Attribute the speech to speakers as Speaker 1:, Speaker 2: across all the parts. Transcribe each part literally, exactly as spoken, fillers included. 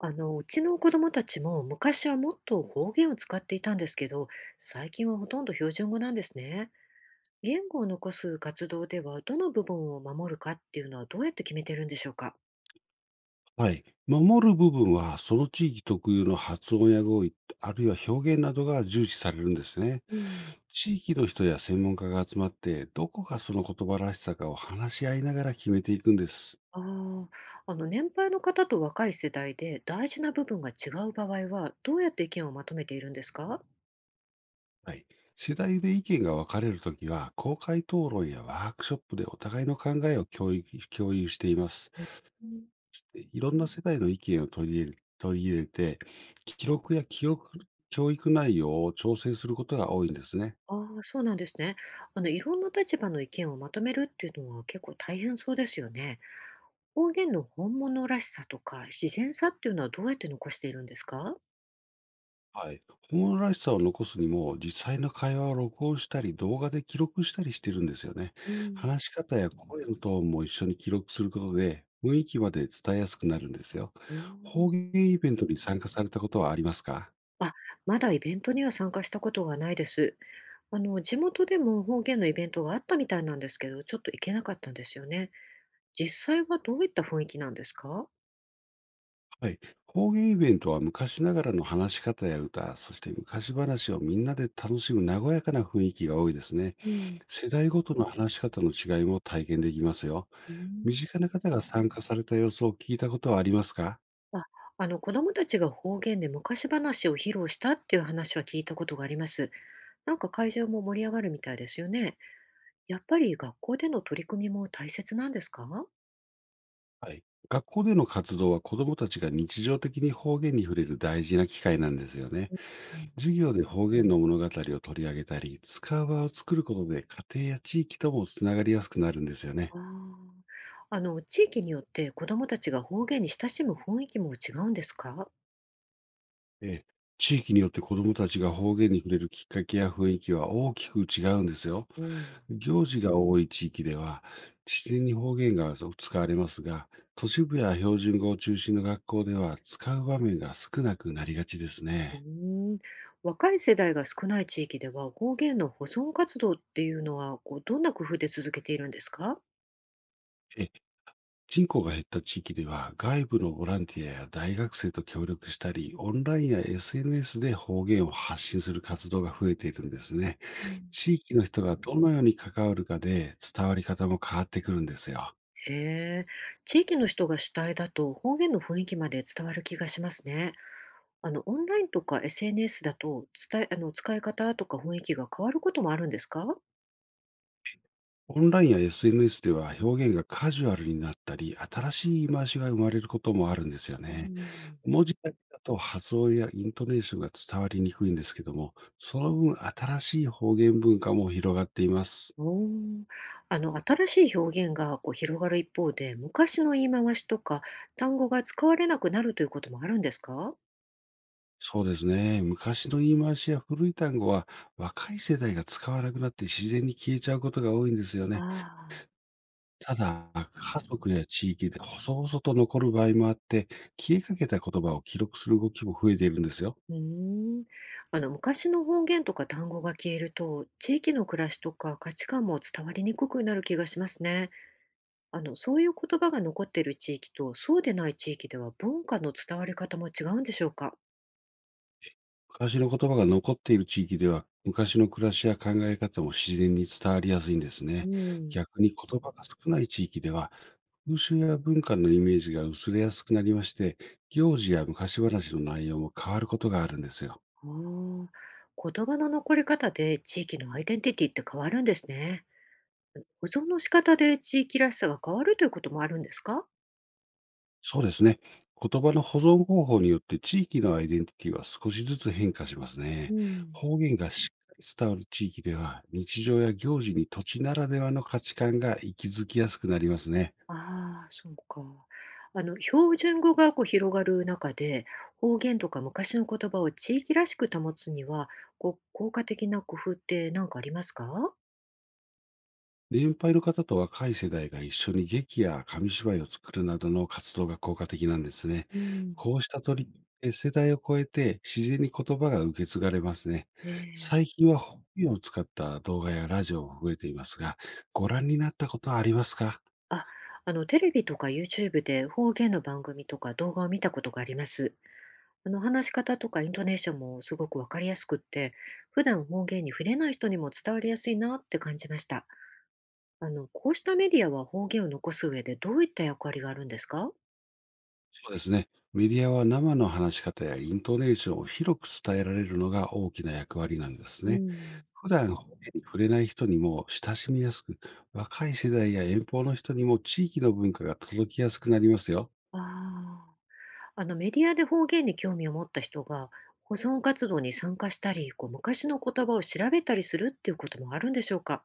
Speaker 1: あの、うちの子供たちも昔はもっと方言を使っていたんですけど、最近はほとんど標準語なんですね。言語を残す活動では、どの部分を守るかっていうのはどうやって決めてるんでしょうか。
Speaker 2: はい。守る部分は、その地域特有の発音や語彙、あるいは表現などが重視されるんですね。
Speaker 1: うん。
Speaker 2: 地域の人や専門家が集まって、どこがその言葉らしさかを話し合いながら決めていくんです。
Speaker 1: ああ、あの、年配の方と若い世代で大事な部分が違う場合は、どうやって意見をまとめているんですか。
Speaker 2: はい。世代で意見が分かれるときは、公開討論やワークショップでお互いの考えを共有共有しています。
Speaker 1: うん。
Speaker 2: でいろんな世代の意見を取り入れ取り入れて、記録や記憶、教育内容を調整することが多いんですね。
Speaker 1: ああー、そうなんですね。あの、いろんな立場の意見をまとめるっていうのは結構大変そうですよね。方言の本物らしさとか、自然さっていうのはどうやって残しているんですか？
Speaker 2: はい。本来らしさを残すにも、実際の会話を録音したり、動画で記録したりしてるんですよね。
Speaker 1: うん。
Speaker 2: 話し方や声のトーンも一緒に記録することで、雰囲気まで伝えやすくなるんですよ。
Speaker 1: うー
Speaker 2: 方
Speaker 1: ん。
Speaker 2: 言イベントに参加されたことはありますか？
Speaker 1: あ、まだイベントには参加したことがないです。あの、地元でも方言のイベントがあったみたいなんですけど、ちょっと行けなかったんですよね。実際はどういった雰囲気なんですか？
Speaker 2: はい。方言イベントは昔ながらの話し方や歌、そして昔話をみんなで楽しむ和やかな雰囲気が多いですね。
Speaker 1: うん。
Speaker 2: 世代ごとの話し方の違いも体験できますよ。
Speaker 1: うー
Speaker 2: 身
Speaker 1: ん。
Speaker 2: 近な方が参加された様子を聞いたことはありますか？
Speaker 1: あ、あの、子供たちが方言で昔話を披露したっていう話は聞いたことがあります。なんか会場も盛り上がるみたいですよね。やっぱり学校での取り組みも大切なんですか？
Speaker 2: はい。学校での活動は子どもたちが日常的に方言に触れる大事な機会なんですよね。
Speaker 1: うん。
Speaker 2: 授業で方言の物語を取り上げたり、使う場を作ることで、家庭や地域ともつながりやすくなるんですよね。
Speaker 1: ああ。あの、地域によって子供たちが方言に親しむ雰囲気も違うんですか？
Speaker 2: ええ、地域によって子どもたちが方言に触れるきっかけや雰囲気は大きく違うんですよ。
Speaker 1: うん。
Speaker 2: 行事が多い地域では自然に方言が使われますが、都市部や標準語を中心の学校では使う場面が少なくなりがちです
Speaker 1: う
Speaker 2: ね。
Speaker 1: ーん。若い世代が少ない地域では、方言の保存活動っていうのは、こう、どんな工夫で続けているんですか？
Speaker 2: え人口が減った地域では、外部のボランティアや大学生と協力したり、オンラインや エスエヌエス で方言を発信する活動が増えているんですね。
Speaker 1: うん。
Speaker 2: 地域の人がどのように関わるかで、伝わり方も変わってくるんですよ。
Speaker 1: へえ。地域の人が主体だと、方言の雰囲気まで伝わる気がしますね。あの、オンラインとか エスエヌエス だと、伝えあの、使い方とか雰囲気が変わることもあるんですか？
Speaker 2: オンラインや エスエヌエス では表現がカジュアルになったり、新しい言い回しが生まれることもあるんですよ
Speaker 1: う
Speaker 2: ね。
Speaker 1: ん。
Speaker 2: 文字だけだと発音やイントネーションが伝わりにくいんですけども、その分新しい方言文化も広がっています。
Speaker 1: おお、あの新しい表現がこう広がる一方で、昔の言い回しとか単語が使われなくなるということもあるんですか？
Speaker 2: そうですね。昔の言い回しや古い単語は、若い世代が使わなくなって自然に消えちゃうことが多いんですよ
Speaker 1: あ
Speaker 2: ね。
Speaker 1: あ。
Speaker 2: ただ、家族や地域で細々と残る場合もあって、消えかけた言葉を記録する動きも増えているんですよ。
Speaker 1: うーん、あの昔の方言とか単語が消えると、地域の暮らしとか価値観も伝わりにくくなる気がしますね。あのそういう言葉が残っている地域とそうでない地域では文化の伝わり方も違うんでしょうか？
Speaker 2: 昔の言葉が残っている地域では、昔の暮らしや考え方も自然に伝わりやすいんです
Speaker 1: う
Speaker 2: ね。
Speaker 1: ん。
Speaker 2: 逆に言葉が少ない地域では、風習や文化のイメージが薄れやすくなりまして、行事や昔話の内容も変わることがあるんですよ。
Speaker 1: ああ、言葉の残り方で地域のアイデンティティって変わるんですね。保存の仕方で地域らしさが変わるということもあるんですか？
Speaker 2: そうですね。言葉の保存方法によって地域のアイデンティティは少しずつ変化します
Speaker 1: う
Speaker 2: ね。
Speaker 1: ん。
Speaker 2: 方言がしっかり伝わる地域では、日常や行事に土地ならではの価値観が息づきやすくなりますね。
Speaker 1: ああ、そうか。あの、標準語がこう広がる中で、方言とか昔の言葉を地域らしく保つには、こう効果的な工夫って何かありますか？
Speaker 2: 年配の方と若い世代が一緒に劇や紙芝居を作るなどの活動が効果的なんですね。
Speaker 1: うん。
Speaker 2: こうした取り組みで世代を超えて自然に言葉が受け継がれますね。
Speaker 1: ええ。
Speaker 2: 最近は方言を使った動画やラジオも増えていますが、ご覧になったことはありますか？
Speaker 1: あ、あのテレビとか ユーチューブ で方言の番組とか動画を見たことがあります。あの話し方とかイントネーションもすごくわかりやすくって、普段方言に触れない人にも伝わりやすいなって感じました。あの、こうしたメディアは方言を残す上でどういった役割があるんですか。
Speaker 2: そうですね。メディアは生の話し方やイントネーションを広く伝えられるのが大きな役割なんです
Speaker 1: う
Speaker 2: ね。
Speaker 1: ん。
Speaker 2: 普段方言に触れない人にも親しみやすく、若い世代や遠方の人にも地域の文化が届きやすくなりますよ。
Speaker 1: ああ、あのメディアで方言に興味を持った人が保存活動に参加したり、こう昔の言葉を調べたりするっていうこともあるんでしょうか。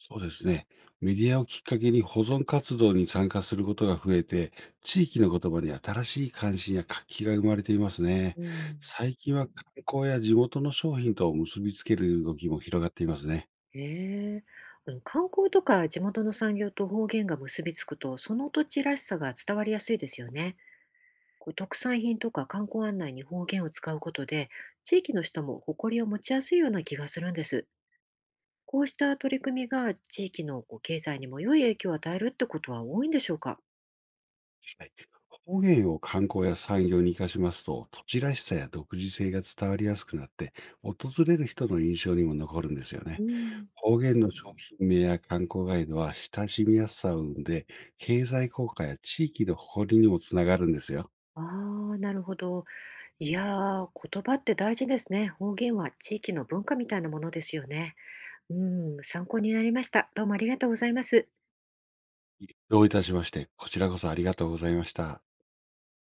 Speaker 2: そうですね。メディアをきっかけに保存活動に参加することが増えて、地域の言葉に新しい関心や活気が生まれていますね。
Speaker 1: うん。
Speaker 2: 最近は観光や地元の商品と結びつける動きも広がっていますね。
Speaker 1: へえ、あの観光とか地元の産業と方言が結びつくと、その土地らしさが伝わりやすいですよね。こう特産品とか観光案内に方言を使うことで、地域の人も誇りを持ちやすいような気がするんです。こうした取り組みが地域のこう経済にも良い影響を与えるってことは多いんでしょうか。
Speaker 2: はい。方言を観光や産業に活かしますと、土地らしさや独自性が伝わりやすくなって、訪れる人の印象にも残るんですよ
Speaker 1: う
Speaker 2: ね。
Speaker 1: ん。
Speaker 2: 方言の商品名や観光ガイドは親しみやすさを生んで、経済効果や地域の誇りにもつながるんですよ。
Speaker 1: ああ、なるほど。いやー、言葉って大事ですね。方言は地域の文化みたいなものですよね。うん、参考になりました。どうもありがとうございます。
Speaker 2: どういたしまして、こちらこそありがとうございました。